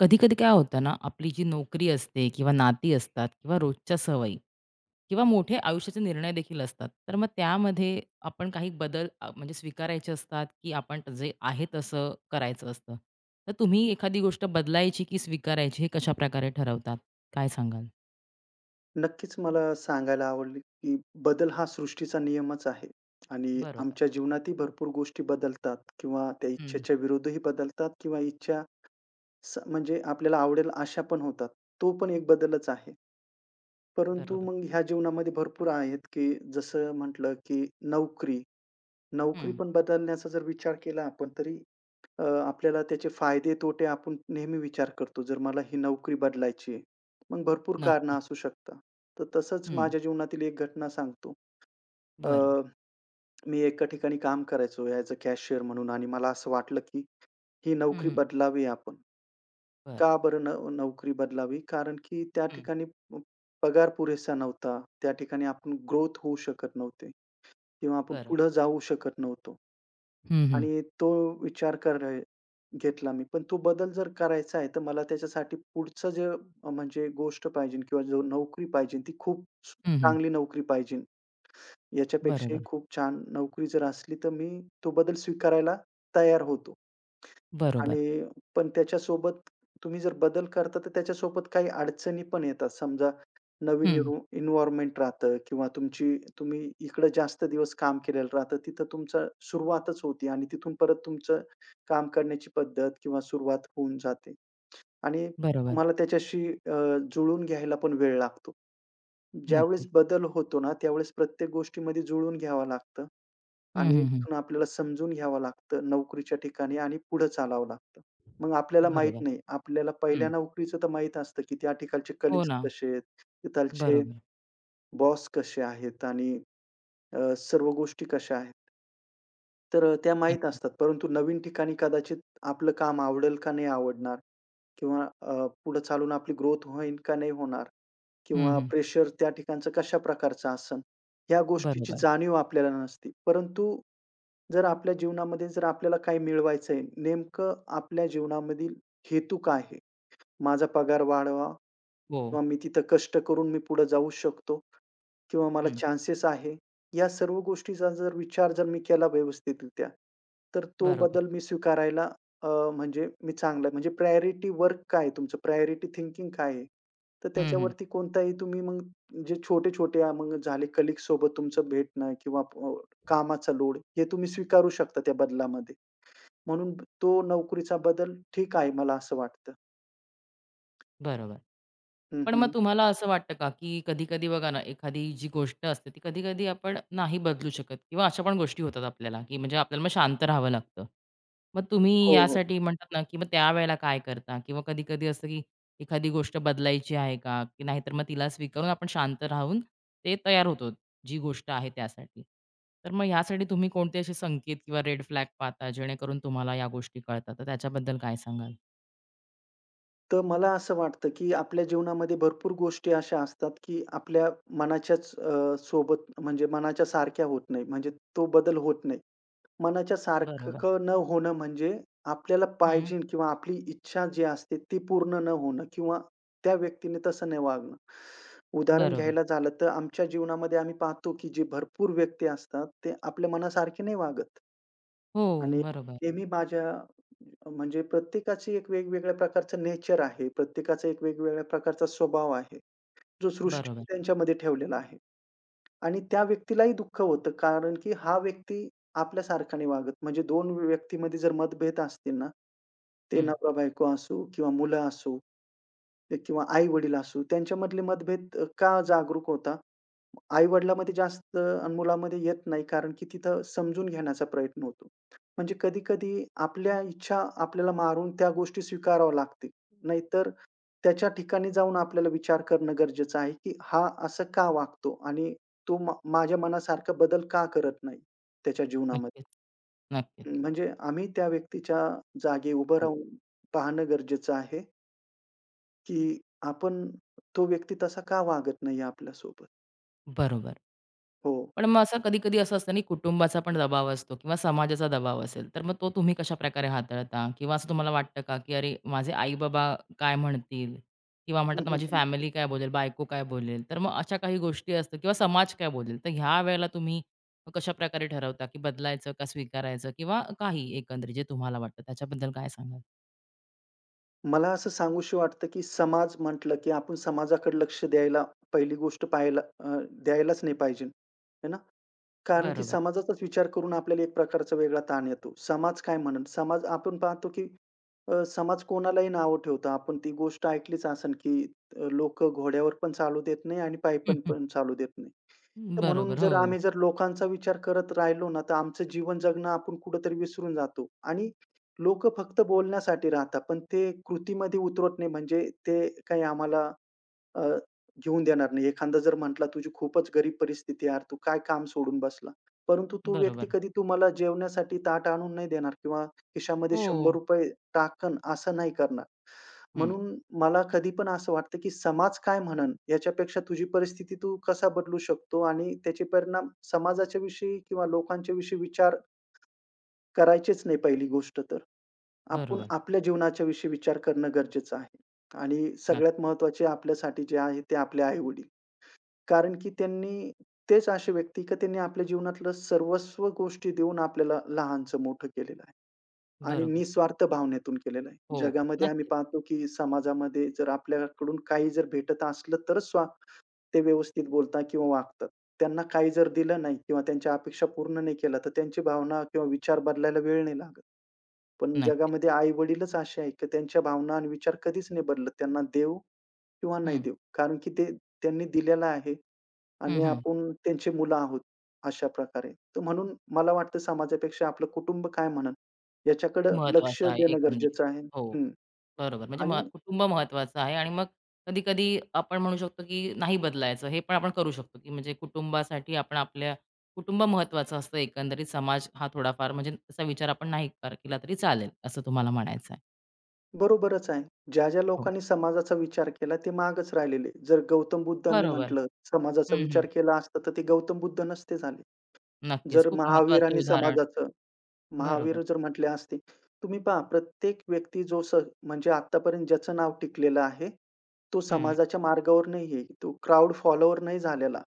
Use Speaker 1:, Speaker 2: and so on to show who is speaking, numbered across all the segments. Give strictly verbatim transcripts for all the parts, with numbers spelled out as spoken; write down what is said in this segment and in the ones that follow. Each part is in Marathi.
Speaker 1: कधी कधी काय होतं ना, आपली जी नोकरी असते किंवा नाती असतात किंवा रोजच्या सवयी किंवा मोठे आयुष्याचे निर्णय देखील असतात, तर मग त्यामध्ये आपण काही बदल अ, म्हणजे स्वीकारायचे असतात की आपण जे आहे तसं करायचं असतं. तर तुम्ही एखादी गोष्ट बदलायची की स्वीकारायची हे कशा प्रकारे ठरवतात? काय सांगाल?
Speaker 2: नक्कीच मला सांगायला आवडेल, की बदल हा सृष्टीचा नियमच आहे आणि
Speaker 1: बरोबर.
Speaker 2: आमच्या जीवनातही भरपूर गोष्टी बदलतात किंवा त्या
Speaker 1: हम्म.
Speaker 2: इच्छेच्या विरुद्धही बदलतात किंवा इच्छा स म्हणजे आपल्याला आवडेल अशा पण होतात. तो पण एक बदलच आहे. परंतु
Speaker 1: बरोबर.
Speaker 2: मग ह्या जीवनामध्ये भरपूर आहेत, की जसं म्हटलं, की नोकरी. नोकरी
Speaker 1: हम्म.
Speaker 2: पण बदलण्याचा जर विचार केला आपण तरी अ, आपल्याला त्याचे फायदे-तोटे आपण नेहमी विचार करतो. जर मला ही नोकरी बदलायची आहे, मग भरपूर कारणं
Speaker 1: नक्की.
Speaker 2: असू शकतात. तर तसंच
Speaker 1: हम्म.
Speaker 2: माझ्या जीवनातील एक घटना सांगतो. अ,
Speaker 1: बरं.
Speaker 2: मी एका ठिकाणी काम करायचो ॲज अ कॅशियर म्हणून आणि मला असं वाटलं, की ही
Speaker 1: हम्म.
Speaker 2: नोकरी
Speaker 1: हम्म.
Speaker 2: बदलावी आपण.
Speaker 1: बरं.
Speaker 2: का बरं न नोकरी बदलावी? कारण की त्या
Speaker 1: हम्म.
Speaker 2: ठिकाणी प पगार पुरेसा नव्हता. त्या ठिकाणी आपण ग्रोथ होऊ शकत नव्हते किंवा आपण
Speaker 1: बरं.
Speaker 2: पुढे जाऊ शकत नव्हतो
Speaker 1: हम्म. हम्म.
Speaker 2: आणि तो विचार कर घेतला मी. पण तो बदल जर करायचा आहे, तर मला त्याच्यासाठी पुढचं जे अ, म्हणजे गोष्ट पाहिजे किंवा जो नोकरी पाहिजे ती खूप
Speaker 1: हम्म. हम्म.
Speaker 2: चांगली नोकरी पाहिजे. याच्यापेक्षाही
Speaker 1: बरोबर.
Speaker 2: खूप छान नोकरी जर असली, तर मी तो बदल स्वीकारायला तयार होतो.
Speaker 1: बरोबर.
Speaker 2: आणि पण त्याच्यासोबत तुम्ही जर बदल करता, तर त्याच्यासोबत काही अडचणी पण येतात. समजा नवीन
Speaker 1: हम्म.
Speaker 2: इन्व्ह इन्व्हायर्नमेंट राहतं किंवा तुमची तुम्ही इकडं जास्त दिवस काम केलेलं राहतं. तिथं तुमचं सुरुवातच होती आणि तिथून परत तुमचं काम करण्याची पद्धत किंवा सुरुवात होऊन जाते आणि
Speaker 1: बरोबर.
Speaker 2: तुम्हाला त्याच्याशी अ, जुळून घ्यायला पण वेळ लागतो. ज्यावेळेस
Speaker 1: नक्कीच.
Speaker 2: बदल होतो ना, त्यावेळेस प्रत्येक गोष्टीमध्ये जुळवून घ्यावं लागतं
Speaker 1: हम्म.
Speaker 2: आणि
Speaker 1: हम्म. हम्म.
Speaker 2: तिथून आपल्याला समजून घ्यावं लागतं नोकरीच्या ठिकाणी आणि पुढे चालावं लागतं. मग आपल्याला माहीत
Speaker 1: बरोबर.
Speaker 2: नाही. आपल्याला पहिल्या
Speaker 1: हं.
Speaker 2: नोकरीचं तर माहीत असतं, की त्या ठिकाणचे
Speaker 1: हो
Speaker 2: कलीग्स
Speaker 1: ना.
Speaker 2: कसे आहेत, तिथालचे
Speaker 1: बरोबर.
Speaker 2: बॉस कसे आहेत आणि अ, सर्व गोष्टी कशा आहेत. तर अ, त्या माहीत
Speaker 1: नक्की.
Speaker 2: असतात. परंतु नवीन ठिकाणी कदाचित आपलं काम आवडेल का नाही आवडणार किंवा अ, पुढे चालून आपली ग्रोथ होईल का नाही होणार
Speaker 1: हं,
Speaker 2: किंवा
Speaker 1: हं.
Speaker 2: प्रेशर त्या ठिकाणचं कशा प्रकारचं असेल, ह्या गोष्टीची
Speaker 1: बरोबर.
Speaker 2: जाणीव आपल्याला नसते. परंतु जर आपल्या जीवनामध्ये जर आपल्याला काही मिळवायचं आहे, नेमकं आपल्या जीवनामधील हेतू काय आहे? माझा पगार वाढवा
Speaker 1: हो.
Speaker 2: किंवा मी तिथं कष्ट करून मी पुढे जाऊ शकतो किंवा मला
Speaker 1: हं.
Speaker 2: चान्सेस आहे. या सर्व गोष्टीचा जर विचार जर मी केला व्यवस्थितरित्या, तर तो
Speaker 1: बरोबर.
Speaker 2: बदल मी स्वीकारायला अ, म्हणजे मी चांगला म्हणजे प्रायोरिटी वर्क काय आहे तुमचं? प्रायोरिटी थिंकिंग काय आहे? तर
Speaker 1: हं, हं.
Speaker 2: त्याच्यावरती कोणताही तुम्ही मग जे छोटे-छोटे अ, मग झाले कलीगसोबत तुमचं भेटणं किंवा अ, कामाचा लोड हे तुम्ही स्वीकारू शकता त्या बदलामध्ये. म्हणून तो नोकरीचा बदल ठीक आहे मला असं वाटतं.
Speaker 1: बरोबर.
Speaker 2: हं,
Speaker 1: पण
Speaker 2: हं.
Speaker 1: मग तुम्हाला असं वाटतं का, की कधी-कधी बघा ना, एखादी जी गोष्ट असते ती कधी-कधी आपण नाही बदलू शकत किंवा अशा पण गोष्टी होतात आपल्याला, की म्हणजे आपल्याला मग शांत राहावं लागतं. मग तुम्ही
Speaker 2: हो, हो.
Speaker 1: यासाठी म्हणतात ना, की मग त्यावेळेला काय करता? किंवा कधी-कधी असतं, की एखादी गोष्ट बदलायची आहे का? की नाहीतर मग तिला स्वीकारून आपण शांत राहून ते तयार होतो, जी गोष्ट आहे त्यासाठी. तर मग ह्यासाठी तुम्ही कोणते असे संकेत किंवा रेड फ्लॅग पाहता, जेणेकरून तुम्हाला या गोष्टी कळतात? तर त्याच्याबद्दल काय सांगाल?
Speaker 2: तर मला असं वाटतं, की आपल्या जीवनामध्ये भरपूर गोष्टी अशा असतात, की आपल्या मनाच्याच अ, सोबत म्हणजे मनाच्या सारख्या होत नाही. म्हणजे तो बदल होत नाही. मनाच्या
Speaker 1: बरोबर.
Speaker 2: सारखं न होणं म्हणजे आपल्याला
Speaker 1: हं.
Speaker 2: पाहिजे किंवा आपली इच्छा जी असते ती पूर्ण न होणं किंवा त्या व्यक्तीने तसं नाही वागणं. उदाहरण
Speaker 1: बरोबर.
Speaker 2: घ्यायला झालं तर आमच्या जीवनामध्ये आम्ही पाहतो, की जे भरपूर व्यक्ती असतात, ते आपल्या मनासारखे नाही वागत.
Speaker 1: हो,
Speaker 2: आणि
Speaker 1: बरोबर.
Speaker 2: नेहमी माझ्या म्हणजे प्रत्येकाची एक वेगवेगळ्या प्रकारचं नेचर आहे. प्रत्येकाचा एक वेगवेगळ्या प्रकारचा स्वभाव आहे, जो सृष्टीने
Speaker 1: बरोबर.
Speaker 2: त्यांच्यामध्ये ठेवलेला आहे. आणि त्या व्यक्तीलाही दुःख होतं, कारण की हा व्यक्ती आपल्यासारखाने वागत म्हणजे दोन व्यक्तीमध्ये जर मतभेद असतील ना, ते
Speaker 1: हं.
Speaker 2: नवरा-बायको असो किंवा मुलं असो किंवा आई-वडील असो, त्यांच्यामधले मतभेद अ, का जागरूक होता? आई-वडिलांमध्ये जास्त आणि मुलामध्ये येत नाही, कारण की तिथं समजून घेण्याचा प्रयत्न होतो. म्हणजे कधी-कधी आपल्या इच्छा आपल्याला मारून त्या गोष्टी स्वीकाराव्या लागतील. नाहीतर त्याच्या ठिकाणी जाऊन आपल्याला विचार करणं गरजेचं आहे, की हा असं का वागतो आणि तो मा माझ्या मनासारखा बदल का करत नाही त्याच्या जीवनामध्ये?
Speaker 1: नक्कीच, नक्कीच.
Speaker 2: म्हणजे आम्ही त्या व्यक्तीच्या जागी उभं
Speaker 1: हो.
Speaker 2: राहून पाहणं गरजेचं आहे, की आपण तो व्यक्ती तसा का वागत नाही आपल्यासोबत?
Speaker 1: बरोबर.
Speaker 2: हो.
Speaker 1: पण मग असं कधी-कधी असं असतं ना, कुटुंबाचा पण दबाव असतो किंवा समाजाचा दबाव असेल, तर मग तो तुम्ही कशाप्रकारे हाताळता? किंवा असं तुम्हाला वाटतं का, की "अरे, माझे आई-बाबा काय म्हणतील?" किंवा म्हणतात ना, "माझी फॅमिली काय बोलेल? बायको काय बोलेल?" तर मग अशा काही गोष्टी असतात किंवा समाज काय बोलेल? तर ह्या वेळेला तुम्ही कशाप्रकारे ठरवता, की बदलायचं का स्वीकारायचं किंवा काही एकंदरीत जे तुम्हाला वाटतं त्याच्याबद्दल काय सांगाल?
Speaker 2: मला असं सांगूशी वाटतं, की समाज म्हटलं, की आपण समाजाकडे लक्ष द्यायला पहिली गोष्ट पाहायला अ, द्यायलाच नाही पाहिजे. है ना? कारण की
Speaker 1: बरोबर.
Speaker 2: समाजाचाच विचार करून आपल्याला एक प्रकारचा वेगळा ताण येतो. समाज काय म्हणेल? समाज आपण पाहतो की अ, समाज कोणालाही नावं ठेवतो. आपण ती गोष्ट ऐकलीच असेल की लोक लोकं घोड्यावर पण चालू देत नाही आणि
Speaker 1: हं,
Speaker 2: पायीपण
Speaker 1: हं.
Speaker 2: पण पण चालू देत नाही. तर म्हणून
Speaker 1: बरोबर.
Speaker 2: जर
Speaker 1: हो.
Speaker 2: आम्ही जर लोकांचा विचार करत राहिलो ना, तर आमचं जीवन जगणं आपण कुठेतरी विसरून जातो आणि लोकं फक्त बोलण्यासाठी राहतात, पण ते कृतीमध्ये उतरत नाही म्हणजे ते काही आम्हाला अ, घेऊन देणार नाही. एखादा जर म्हटला, "तुझी खूपच गरीब परिस्थिती आहे यार, तू काय काम सोडून बसला?" परंतु तो व्यक्ती
Speaker 1: बरोबर.
Speaker 2: कधी तुम्हाला जेवण्यासाठी ताट आणून नाही देणार किंवा खिशामध्ये
Speaker 1: हो.
Speaker 2: ₹शंभर रुपये टाकन असं नाही करणार. म्हणून मला कधी पण असं वाटतं, की समाज काय म्हणेल याच्यापेक्षा तुझी परिस्थिती तू कसा बदलू शकतो आणि त्याचे परिणाम समाजाच्या विषयी किंवा लोकांच्या विषयी विचार करायचेच नाही पहिली गोष्ट तर. आपण
Speaker 1: बरोबर.
Speaker 2: आपल्या जीवनाच्या विषयी विचार करणं गरजेचं आहे आणि
Speaker 1: नाही.
Speaker 2: सगळ्यात महत्त्वाचे आपल्यासाठी जे आहे ते आपले आई कारण की त्यांनी तेच असे व्यक्ती का त्यांनी आपल्या जीवनातलं सर्वस्व गोष्टी देऊन आपल्याला लहानचं मोठं केलेलं आहे. आणि
Speaker 1: बरोबर.
Speaker 2: निस्वार्थ भावनेतून केलेलं आहे.
Speaker 1: हो.
Speaker 2: जगामध्ये आम्ही
Speaker 1: नक्कीच,
Speaker 2: पाहतो की समाजामध्ये जर आपल्याकडून काही जर भेटत असलं तरच स्वा ते व्यवस्थित बोलतात किंवा वागतात. त्यांना काही जर दिलं नाही किंवा त्यांच्या अपेक्षा पूर्ण नाही केल्या, तर त्यांची भावना किंवा विचार बदलायला वेळ नाही लागत. पण
Speaker 1: नक्कीच.
Speaker 2: जगामध्ये आई-वडीलच असे आहेत की त्यांच्या भावना आणि विचार कधीच नाही बदलत. त्यांना देऊ किंवा नाही
Speaker 1: हं.
Speaker 2: देऊ. कारण की ते त्यांनी दिलेलं आहे.
Speaker 1: हं,
Speaker 2: आणि
Speaker 1: हं.
Speaker 2: आपण त्यांची मुलं आहोत, अशा प्रकारे. तर म्हणून मला वाटतं समाजापेक्षा आपलं कुटुंब काय म्हणेल
Speaker 1: ते
Speaker 2: याच्याकडं लक्ष
Speaker 1: महत्त्वाचं आहे
Speaker 2: देणं
Speaker 1: एकंदरीत.
Speaker 2: गरजेचं आहे.
Speaker 1: हो.
Speaker 2: हं.
Speaker 1: बरोबर. म्हणजे म
Speaker 2: आणि
Speaker 1: कुटुंब महत्त्वाचं आहे आणि मग कधी-कधी आपण म्हणू शकतो, की नाही बदलायचं हे पण आपण करू शकतो, की म्हणजे कुटुंबासाठी आपण आपल्या कुटुंब महत्त्वाचं असतं एकंदरीत. समाज हा थोडाफार म्हणजे त्याचा विचार आपण नाही कर केला तरी चालेल, असं तुम्हाला म्हणायचं आहे.
Speaker 2: बरोबरच आहे. ज्या, ज्या
Speaker 1: हो.
Speaker 2: लोकांनी समाजाचा विचार केला ते मागच राहिलेले. जर गौतम बुद्धांनी
Speaker 1: बरोबर.
Speaker 2: म्हटलं समाजाचा
Speaker 1: हं, हं.
Speaker 2: विचार केला असता, तर ते गौतम बुद्ध नसते झाले.
Speaker 1: नक्कीच.
Speaker 2: जर
Speaker 1: खूप महत्त्वाचं
Speaker 2: महावीरांनी
Speaker 1: उदाहरण.
Speaker 2: समाजाचं
Speaker 1: बरोबर.
Speaker 2: महावीर जर म्हटले असते, तुम्ही पहा प्रत्येक व्यक्ती जो स म्हणजे आत्तापर्यंत ज्याचं नाव टिकलेलं आहे, तो
Speaker 1: हं.
Speaker 2: समाजाच्या मार्गावर नाही आहे. तो क्राउड फॉलोवर नाही झालेला.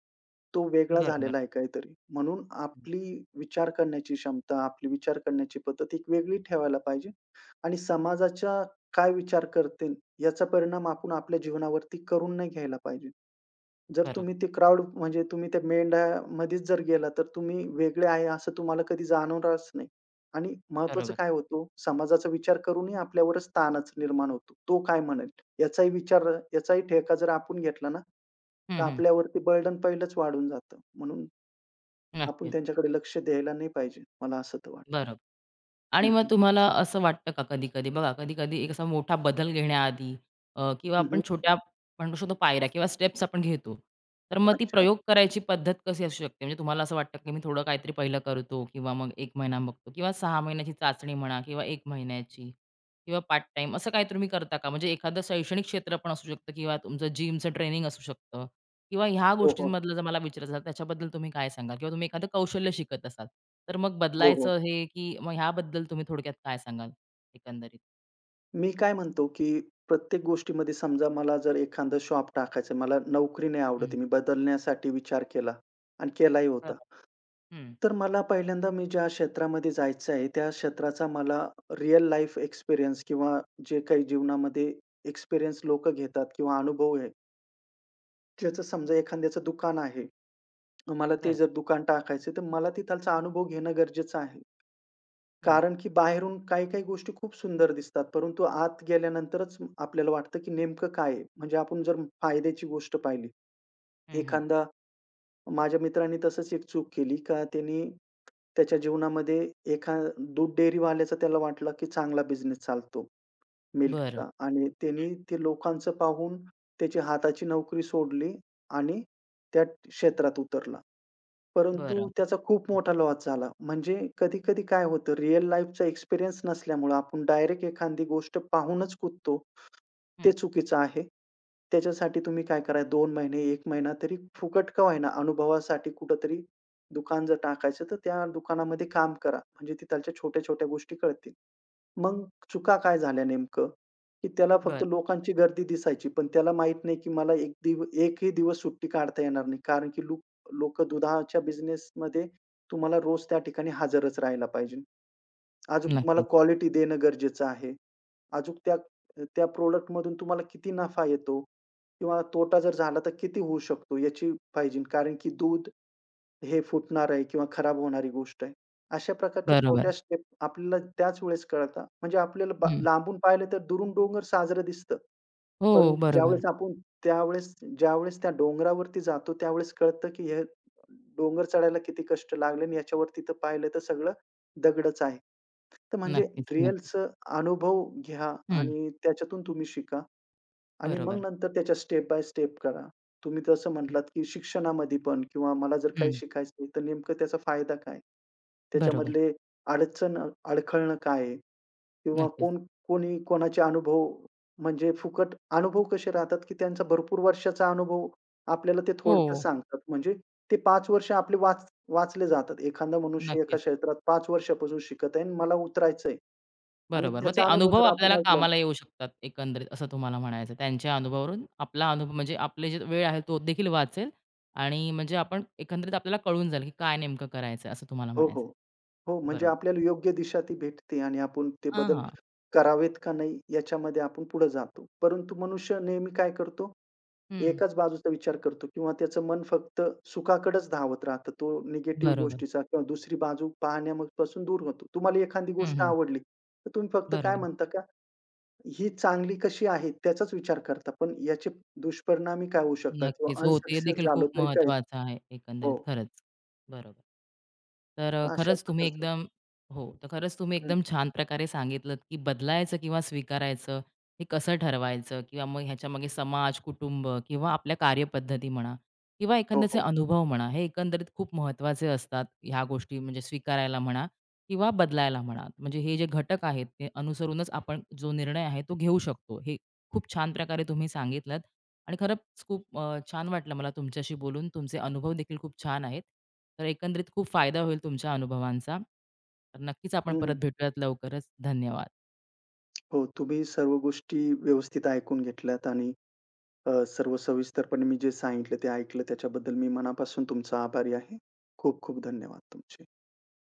Speaker 2: तो वेगळा
Speaker 1: बरोबर.
Speaker 2: झालेला आहे काहीतरी. म्हणून
Speaker 1: हं.
Speaker 2: आपली विचार करण्याची क्षमता, आपली विचार करण्याची पद्धत एक वेगळी ठेवायला पाहिजे आणि समाजाच्या काय विचार करतील याचा परिणाम आपण आपल्या जीवनावरती करून नाही घ्यायला पाहिजे. जर तुम्ही
Speaker 1: बरोबर.
Speaker 2: ते क्राउड म्हणजे तुम्ही त्या मेंढ्यामध्येच जर गेला, तर तुम्ही वेगळे आहे असं तुम्हाला कधी जाणवणारच नाही. आणि महत्त्वाचं
Speaker 1: बरोबर.
Speaker 2: काय होतो, समाजाचा विचार करूनही आपल्यावरच ताणच निर्माण होतो. तो काय म्हणेल याचाही विचार याचाही ठेका जर आपण घेतला ना,
Speaker 1: हं,
Speaker 2: तर
Speaker 1: हं.
Speaker 2: आपल्यावरती बर्डन पहिलंच वाढून जातं. म्हणून आपण
Speaker 1: नक्कीच.
Speaker 2: त्यांच्याकडे लक्ष द्यायला नाही पाहिजे. मला असं तर वाटतं.
Speaker 1: बरोबर. आणि
Speaker 2: हं,
Speaker 1: मग
Speaker 2: हं.
Speaker 1: तुम्हाला असं वाटतं का कधी-कधी बघा, कधी-कधी एक असा मोठा बदल घेण्याआधी अ, किंवा
Speaker 2: हं,
Speaker 1: आपण
Speaker 2: हं.
Speaker 1: छोट्या म्हणू शकतो पायऱ्या किंवा स्टेप्स आपण घेतो. तर मग ती
Speaker 2: अच्छा.
Speaker 1: प्रयोग करायची पद्धत कशी असू शकते? म्हणजे तुम्हाला असं वाटतं की मी थोडं काहीतरी पहिलं करतो किंवा मग एक महिना बघतो किंवा सहा महिन्याची चाचणी म्हणा किंवा एक महिन्याची किंवा पार्ट टाईम असं काही तुम्ही करता का? म्हणजे एखादं शैक्षणिक क्षेत्र पण असू शकतं किंवा तुमचं जिमचं ट्रेनिंग असू शकतं. किंवा ह्या
Speaker 2: हो, हो.
Speaker 1: गोष्टींमधलं जर मला विचारायचं असेल, त्याच्याबद्दल तुम्ही काय सांगाल? किंवा तुम्ही एखादं कौशल्य शिकत असाल, तर मग
Speaker 2: हो, हो.
Speaker 1: बदलायचं हे, की मग ह्याबद्दल तुम्ही थोडक्यात काय सांगाल एकंदरीत?
Speaker 2: मी काय म्हणतो, की प्रत्येक गोष्टीमध्ये समजा मला जर एखादं शॉप टाकायचं आहे, मला नोकरी नाही आवडत
Speaker 1: हं.
Speaker 2: आहे, मी बदलण्यासाठी विचार केला आणि केलाही होता.
Speaker 1: बरोबर. हं.
Speaker 2: तर मला पहिल्यांदा मी ज्या क्षेत्रामध्ये जायचं आहे, त्या क्षेत्राचा मला रिअल लाईफ एक्सपिरियन्स किंवा जे काही जीवनामध्ये एक्सपिरियन्स लोकं घेतात किंवा अनुभव आहे. ज्याचं समजा एखाद्याचं दुकान आहे. मला ते
Speaker 1: बरं.
Speaker 2: जर दुकान टाकायचं तर मला तिथालचा अनुभव घेणं गरजेचं आहे.
Speaker 1: हं.
Speaker 2: कारण की बाहेरून काही-काही गोष्टी खूप सुंदर दिसतात, परंतु आत गेल्यानंतरच आपल्याला वाटतं, की नेमकं काय आहे? म्हणजे आपण जर फायद्याची गोष्ट पाहिली,
Speaker 1: हं, हं.
Speaker 2: एखादा माझ्या मित्रांनी तसंच एक चूक केली का त्यानी त्याच्या जीवनामध्ये एखा दूध डेअरीवाल्याचा त्याला वाटलं, की चांगला बिझनेस चालतो
Speaker 1: बरं.
Speaker 2: मिल्कचा आणि त्यानी ते लोकांचं पाहून त्याची हाताची नोकरी सोडली आणि त्या क्षेत्रात उतरला. परंतु
Speaker 1: बरं.
Speaker 2: त्याचा खूप मोठा लॉस झाला. म्हणजे कधी-कधी काय होतं रिअल लाईफचा एक्सपिरियन्स नसल्यामुळं आपण डायरेक्ट एखादी गोष्ट पाहूनच कुदतो. ते
Speaker 1: हं.
Speaker 2: चुकीचं आहे. त्याच्यासाठी तुम्ही काय करा दोन महिने, एक महिना तरी फुकट का होईना अनुभवासाठी कुठेतरी दुकान जर टाकायचं, तर त्या दुकानामध्ये काम करा. म्हणजे तिथालच्या छोट्या-छोट्या गोष्टी कळतील. मग चुका काय झाल्या नेमकं? की त्याला
Speaker 1: बरं.
Speaker 2: फक्त लोकांची गर्दी दिसायची, पण त्याला माहीत नाही की मला एक दिव एकही दिवस सुट्टी काढता येणार नाही. कारण की लूक लोकं दुधाच्या बिझनेसमध्ये तुम्हाला रोज त्या ठिकाणी हजरच राहायला पाहिजे. अजून तुम्हाला
Speaker 1: नक्कीच.
Speaker 2: क्वालिटी देणं गरजेचं आहे. अजून त्या त्या प्रॉडक्टमधून तुम्हाला किती नफा येतो किंवा तोटा जर झाला तर किती होऊ शकतो याची पाहिजे. कारण की दूध हे फुटणार आहे किंवा खराब होणारी गोष्ट आहे. अशा प्रकारच्या छोट्या
Speaker 1: बरोबर.
Speaker 2: स्टेप आपल्याला त्याच वेळेस कळतात. म्हणजे आपल्याला बा
Speaker 1: हं.
Speaker 2: लांबून पाहिलं तर दुरून डोंगर साजरं दिसतं.
Speaker 1: हो,
Speaker 2: परंतु
Speaker 1: बरोबर.
Speaker 2: ज्यावेळेस आपण त्यावेळेस ज्यावेळेस त्या डोंगरावरती जातो त्यावेळेस कळतं, की हे डोंगर चढायला किती कष्ट लागले आणि याच्यावरती तर पाहिलं तर सगळं दगडच आहे. तर म्हणजे
Speaker 1: नक्कीच, नक्कीच.
Speaker 2: रिअलचं अनुभव घ्या
Speaker 1: हं.
Speaker 2: आणि त्याच्यातून तुम्ही शिका. आणि मग
Speaker 1: बरोबर.
Speaker 2: नंतर त्याच्या स्टेप बाय स्टेप करा. तुम्ही तसं म्हटलात, की शिक्षणामध्ये पण किंवा मला जर काही
Speaker 1: हं.
Speaker 2: शिकायचं आहे, तर नेमकं त्याचा फायदा काय?
Speaker 1: बरोबर.
Speaker 2: त्याच्यामधले अडचण अडखळणं काय आहे? किंवा
Speaker 1: नक्कीच.
Speaker 2: कोण कोणी कोणाचे अनुभव म्हणजे फुकट अनुभव कसे राहतात, की त्यांचा भरपूर वर्षाचा अनुभव आपल्याला ते
Speaker 1: हो,
Speaker 2: थोडक्यात सांगतात. म्हणजे ते पाच वर्ष आपले वाच वाचले जातात. एखादा मनुष्य एका
Speaker 1: नक्कीच.
Speaker 2: क्षेत्रात पाच वर्षापासून शिकत आहे आणि मला उतरायचं आणि
Speaker 1: बरोबर. मग ते
Speaker 2: त्याचा अनुभव
Speaker 1: अनुभव
Speaker 2: जर
Speaker 1: आपल्याला
Speaker 2: आपण ऐकला
Speaker 1: कामाला येऊ शकतात एकंदरीत असं तुम्हाला म्हणायचं, त्यांच्या अनुभवावरून आपला अनुभव म्हणजे आपली जी वेळ आहे तो देखील वाचेल आणि म्हणजे आपण एकंदरीत आपल्याला कळून जाईल, की काय नेमकं करायचं असं तुम्हाला
Speaker 2: हो,
Speaker 1: म्हणायचं.
Speaker 2: हो. हो, म्हणजे
Speaker 1: बरोबर.
Speaker 2: आपल्याला योग्य दिशा ती भेटते आणि आपण ते
Speaker 1: हां,
Speaker 2: बदल
Speaker 1: हां.
Speaker 2: करावेत का नाही याच्यामध्ये आपण पुढे जातो. परंतु मनुष्य नेहमी काय करतो,
Speaker 1: हं.
Speaker 2: एकाच बाजूचा विचार करतो किंवा त्याचं मन फक्त सुखाकडेच धावत राहतं. तो निगेटिव्ह
Speaker 1: बरोबर.
Speaker 2: गोष्टीचा किंवा दुसरी बाजू पाहण्यापासून दूर होतो. तुम्हाला एखादी
Speaker 1: हं,
Speaker 2: गोष्ट
Speaker 1: हं.
Speaker 2: आवडली, तर तुम्ही फक्त काय
Speaker 1: बरोबर.
Speaker 2: म्हणता का, ही चांगली कशी आहे त्याचाच विचार करता. पण याचे दुष्परिणामी काय होऊ शकतात किंवा
Speaker 1: नक्कीच. हो, ते
Speaker 2: अनसक्सेस
Speaker 1: देखील
Speaker 2: झालो
Speaker 1: खूप
Speaker 2: तरी काय
Speaker 1: महत्त्वाचं आहे एकंदरीत
Speaker 2: हो,
Speaker 1: खरंच. बरोबर. तर अ,
Speaker 2: अशा
Speaker 1: खरंच तुम्ही
Speaker 2: प्रकारचं
Speaker 1: एकदम हो, तर खरंच तुम्ही
Speaker 2: हं.
Speaker 1: एकदम छान प्रकारे सांगितलत, की बदलायचं किंवा स्वीकारायचं हे कसं ठरवायचं किंवा मग ह्याच्यामागे समाज, कुटुंब किंवा आपल्या कार्यपद्धती म्हणा किंवा
Speaker 2: हो,
Speaker 1: एखाद्याचे
Speaker 2: हो.
Speaker 1: अनुभव म्हणा, हे एकंदरीत खूप महत्त्वाचे असतात. ह्या गोष्टी म्हणजे स्वीकारायला म्हणा किंवा बदलायला म्हणा. म्हणजे हे जे घटक आहेत, ते अनुसरूनच आपण जो निर्णय आहे तो घेऊ शकतो. हे खूप छान प्रकारे तुम्ही सांगितलत. आणि खरंच खूप अ, छान वाटलं मला तुमच्याशी बोलून. तुमचे अनुभव देखील खूप छान आहेत. तर एकंदरीत खूप फायदा होईल तुमच्या अनुभवांचा. तर नक्कीच आपण
Speaker 2: हं,
Speaker 1: परत
Speaker 2: हं.
Speaker 1: भेटूयात लवकरच. धन्यवाद.
Speaker 2: हो, तुम्ही सर्व गोष्टी व्यवस्थित ऐकून घेतल्यात आणि अ, सर्व सविस्तरपणे मी जे सांगितलं ते ऐकलं. त्याच्याबद्दल मी मनापासून तुमचा आभारी आहे. खूप खूप धन्यवाद तुमचे.